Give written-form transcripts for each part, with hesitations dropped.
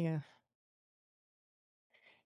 Yeah.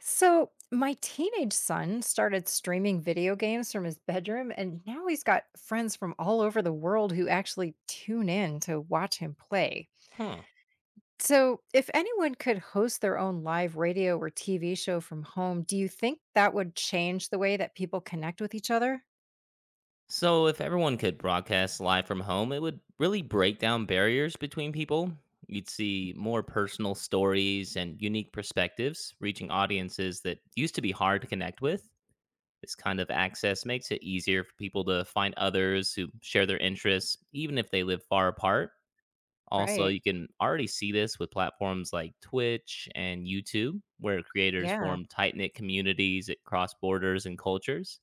So, my teenage son started streaming video games from his bedroom, and now he's got friends from all over the world who actually tune in to watch him play. Huh. So, if anyone could host their own live radio or TV show from home, do you think that would change the way that people connect with each other? So, if everyone could broadcast live from home, it would really break down barriers between people. You'd see more personal stories and unique perspectives, reaching audiences that used to be hard to connect with. This kind of access makes it easier for people to find others who share their interests, even if they live far apart. Also, Right. you can already see this with platforms like Twitch and YouTube, where creators Yeah. form tight knit communities at cross borders and cultures.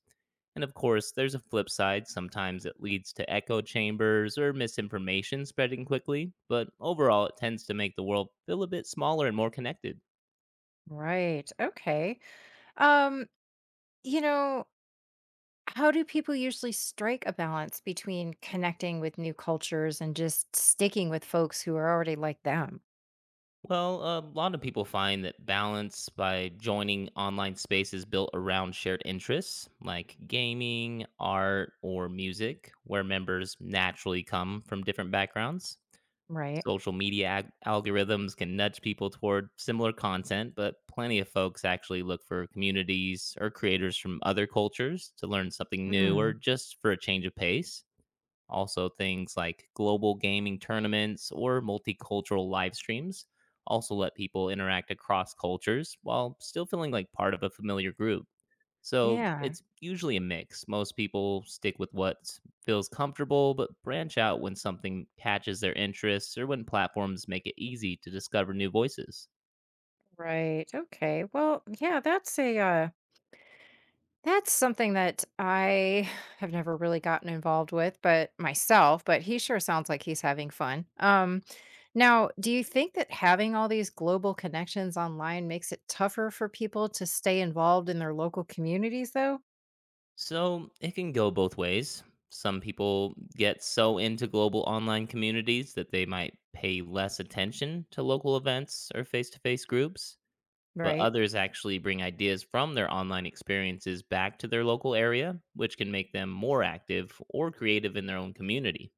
And of course, there's a flip side. Sometimes it leads to echo chambers or misinformation spreading quickly, but overall, it tends to make the world feel a bit smaller and more connected. Right. Okay. Um, you know, How do people usually strike a balance between connecting with new cultures and just sticking with folks who are already like them, Well, a lot of people find that balance by joining online spaces built around shared interests like gaming, art, or music, where members naturally come from different backgrounds. right? Social media algorithms can nudge people toward similar content, but plenty of folks actually look for communities or creators from other cultures to learn something new Hmm. or just for a change of pace. Also, things like global gaming tournaments or multicultural live streams also let people interact across cultures while still feeling like part of a familiar group. So Yeah. it's usually a mix. Most people stick with what feels comfortable, but branch out when something catches their interests or when platforms make it easy to discover new voices. Right. Okay. Well, yeah, that's a that's something that I have never really gotten involved with, but myself, but he sure sounds like he's having fun. Now, do you think that having all these global connections online makes it tougher for people to stay involved in their local communities though? So it can go both ways. Some people get so into global online communities that they might pay less attention to local events or face to face groups, but Right. others actually bring ideas from their online experiences back to their local area, which can make them more active or creative in their own community.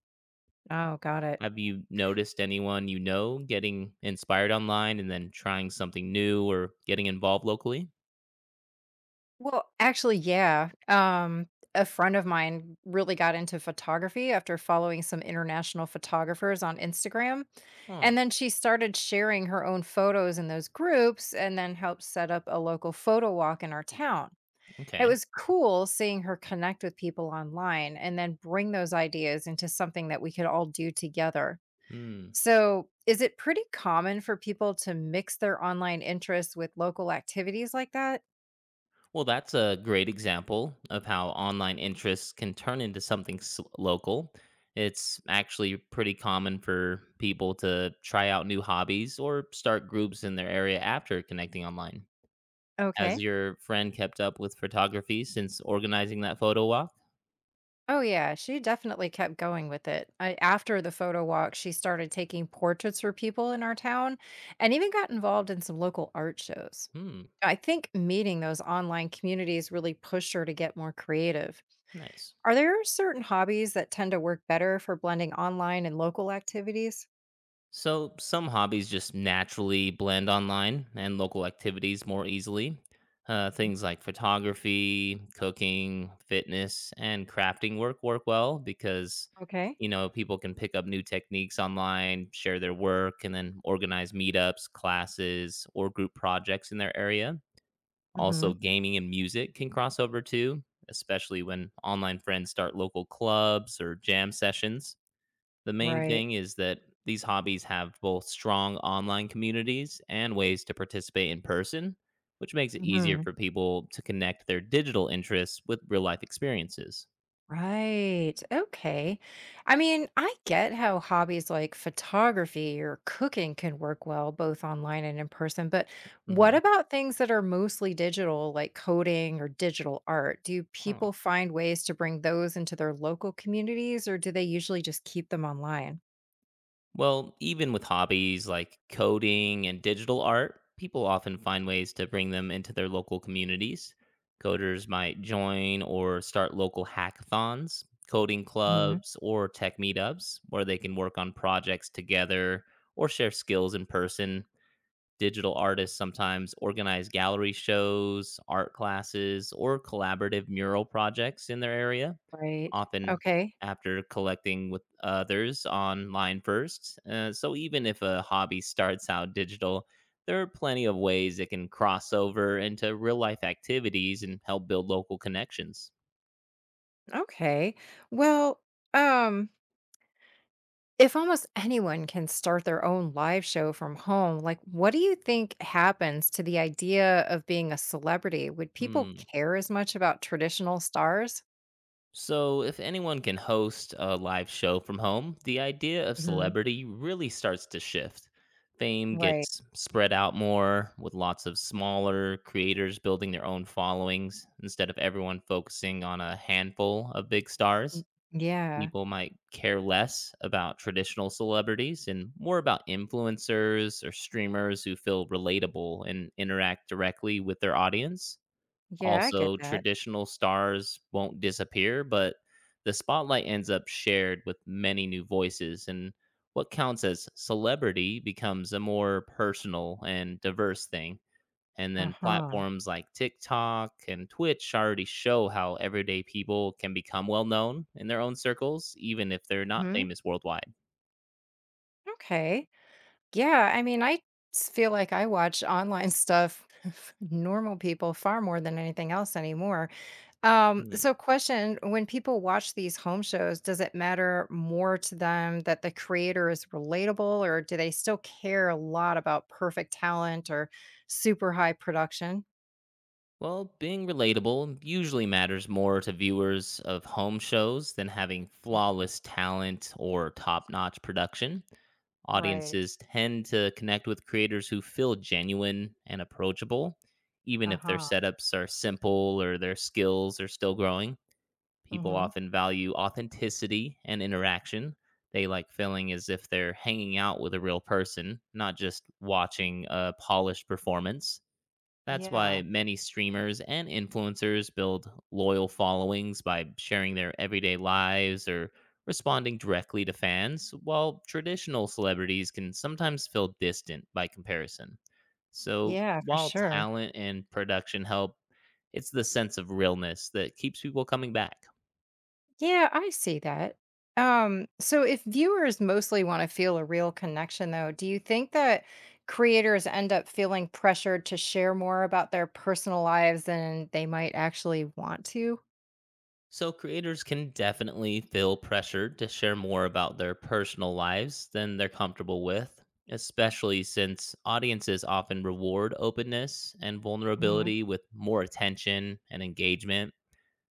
Oh, got it. Have you noticed anyone you know getting inspired online and then trying something new or getting involved locally? Well, actually, yeah. A friend of mine really got into photography after following some international photographers on Instagram. Huh. And then she started sharing her own photos in those groups and then helped set up a local photo walk in our town. It Okay. was cool seeing her connect with people online and then bring those ideas into something that we could all do together. Hmm. So, is it pretty common for people to mix their online interests with local activities like that? Well, that's a great example of how online interests can turn into something local. It's actually pretty common for people to try out new hobbies or start groups in their area after connecting online. Has Okay. your friend kept up with photography since organizing that photo walk? Oh yeah, she definitely kept going with it. I, after the photo walk, she started taking portraits for people in our town and even got involved in some local art shows. Hmm, I think meeting those online communities really pushed her to get more creative. nice. Are there certain hobbies that tend to work better for blending online and local activities? So, some hobbies just naturally blend online and local activities more easily. Things like photography, cooking, fitness, and crafting work well because, Okay. you know, people can pick up new techniques online, share their work, and then organize meetups, classes, or group projects in their area. Also, Mhm. gaming and music can cross over too, especially when online friends start local clubs or jam sessions. The main Right. thing is that these hobbies have both strong online communities and ways to participate in person, which makes it easier Mhm. for people to connect their digital interests with real life experiences. Right. Okay. I mean, I get how hobbies like photography or cooking can work well both online and in person, but Hmm. what about things that are mostly digital, like coding or digital art? Do Huh. people find ways to bring those into their local communities, or do they usually just keep them online? Well, even with hobbies like coding and digital art, people often find ways to bring them into their local communities. Coders might join or start local hackathons, coding Hmm. clubs, or tech meetups where they can work on projects together or share skills in person. Digital artists sometimes organize gallery shows, art classes, or collaborative mural projects in their area Right. often Okay. after collecting with others online first. So even if a hobby starts out digital, there are plenty of ways it can cross over into real life activities and help build local connections. Okay. Well, um, if almost anyone can start their own live show from home, like what do you think happens to the idea of being a celebrity? Would people Hmm. care as much about traditional stars? So, if anyone can host a live show from home, the idea of Mhm. celebrity really starts to shift. Fame Right. gets spread out more with lots of smaller creators building their own followings instead of everyone focusing on a handful of big stars. Mm. Yeah. People might care less about traditional celebrities and more about influencers or streamers who feel relatable and interact directly with their audience. Yeah, I get Also, that. traditional stars won't disappear, but the spotlight ends up shared with many new voices, and what counts as celebrity becomes a more personal and diverse thing. And then Uh-huh. platforms like TikTok and Twitch already show how everyday people can become well known in their own circles, even if they're not Hmm. famous worldwide. Okay. Yeah, I mean, feel like I watch online stuff, normal people, far more than anything else anymore. So question, when people watch these home shows, does it matter more to them that the creator is relatable or do they still care a lot about perfect talent or super high production? Well, being relatable usually matters more to viewers of home shows than having Mhm. flawless talent or top notch production. Right. Audiences tend to connect with creators who feel genuine and approachable, even if their Uh-huh. setups are simple or their skills are still growing. People Mhm. often value authenticity and interaction. They like feeling as if they're hanging out with a real person, not just watching a polished performance. That's why Yeah. many streamers and influencers build loyal followings by sharing their everyday lives or responding directly to fans, while traditional celebrities can sometimes feel distant by comparison. So, Yeah, for while sure. talent and production help, it's the sense of realness that keeps people coming back. Yeah, I see that. So if viewers mostly want to feel a real connection though, do you think that creators end up feeling pressured to share more about their personal lives than they might actually want to? So, creators can definitely feel pressured to share more about their personal lives than they're comfortable with, especially since audiences often reward openness and Hmm. vulnerability with more attention and engagement.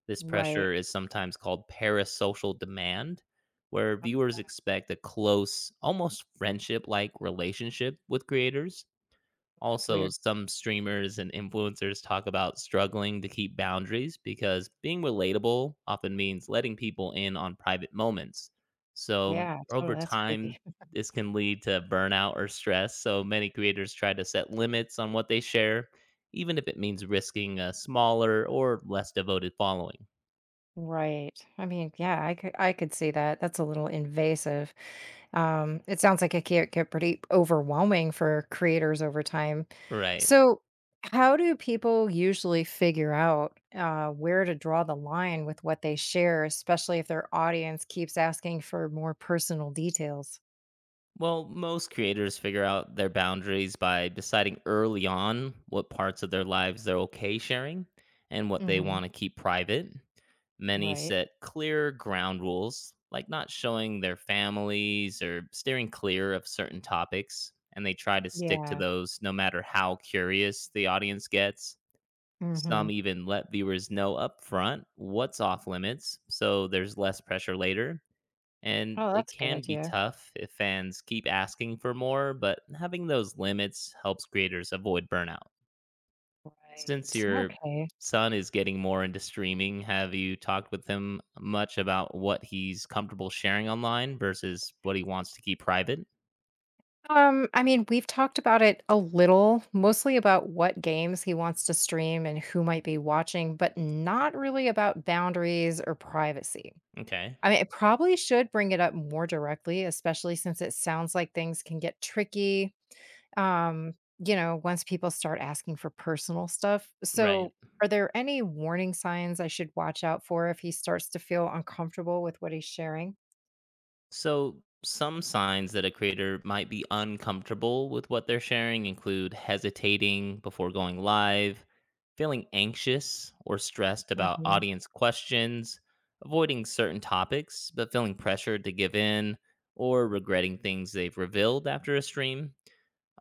This pressure Right. is sometimes called parasocial demand, where Oh, viewers expect a close, almost friendship like relationship with creators. that's Also, weird. some streamers and influencers talk about struggling to keep boundaries because being relatable often means letting people in on private moments. So, Yeah, over totally. That's time, creepy. this can lead to burnout or stress. So, many creators try to set limits on what they share, even if it means risking a smaller or less devoted following. Right. I mean, yeah, I could see that. That's a little invasive. It sounds like it can get pretty overwhelming for creators over time. Right. So, how do people usually figure out where to draw the line with what they share, especially if their audience keeps asking for more personal details? Well, most creators figure out their boundaries by deciding early on what parts of their lives they're okay sharing and what they Hmm. want to keep private. Many Right. set clear ground rules, like not showing their families or steering clear of certain topics, and they try to stick to Yeah. those no matter how curious the audience gets. Hmm. Some even let viewers know upfront what's off limits, so there's less pressure later, and Oh, it that's a good can be idea. tough if fans keep asking for more, but having those limits helps creators avoid burnout. Since Right. your Okay. son is getting more into streaming, have you talked with him much about what he's comfortable sharing online versus what he wants to keep private? I mean, we've talked about it a little, mostly about what games he wants to stream and who might be watching, but not really about boundaries or privacy. Okay. I mean, it probably should bring it up more directly, especially since it sounds like things can get tricky, um, once people start asking for personal stuff. Right. So, are there any warning signs I should watch out for if he starts to feel uncomfortable with what he's sharing? So, some signs that a creator might be uncomfortable with what they're sharing include hesitating before going live, feeling anxious or stressed about Hmm. audience questions, avoiding certain topics but feeling pressured to give in, or regretting things they've revealed after a stream.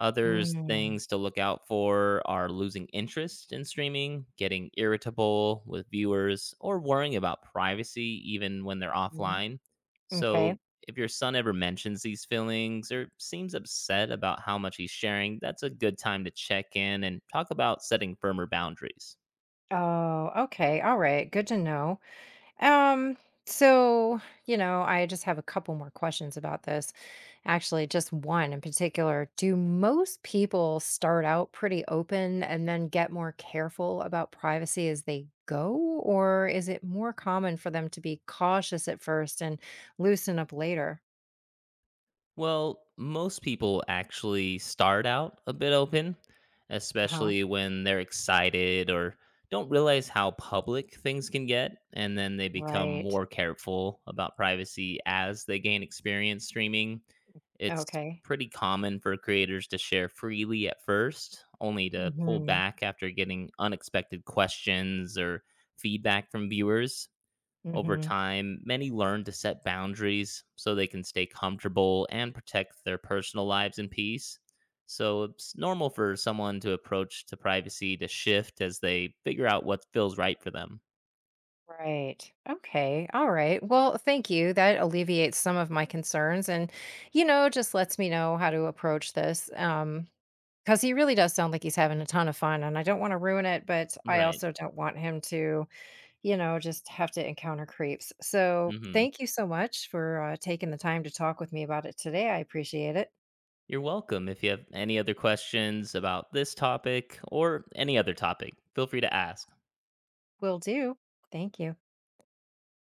Others Mm-hmm. things to look out for are losing interest in streaming, getting irritable with viewers, or worrying about privacy even when they're Mm-hmm. offline. So, Okay. if your son ever mentions these feelings or seems upset about how much he's sharing, that's a good time to check in and talk about setting firmer boundaries. Oh, okay. All right. Good to know. Um, so, I just have a couple more questions about this. Actually, just one in particular. Do most people start out pretty open and then get more careful about privacy as they go? Or is it more common for them to be cautious at first and loosen up later? Well, most people actually start out a bit open, Uh huh. especially when they're excited or don't realize how public things can get, and then they become Right. more careful about privacy as they gain experience streaming. It's Okay. pretty common for creators to share freely at first, only to Mm pull hmm. back after getting unexpected questions or feedback from viewers. Mm Over hmm. time, many learn to set boundaries so they can stay comfortable and protect their personal lives in peace. So it's normal for someone to approach to privacy to shift as they figure out what feels right for them. Right. Okay. All right. Well, thank you. That alleviates some of my concerns and, you know, just lets me know how to approach this. Because he really does sound like he's having a ton of fun and I don't want to ruin it, but I Right. also don't want him to, you know, just have to encounter creeps. So Hmm. thank you so much for taking the time to talk with me about it today. I appreciate it. You're welcome. If you have any other questions about this topic or any other topic, feel free to ask. Will do. Thank you.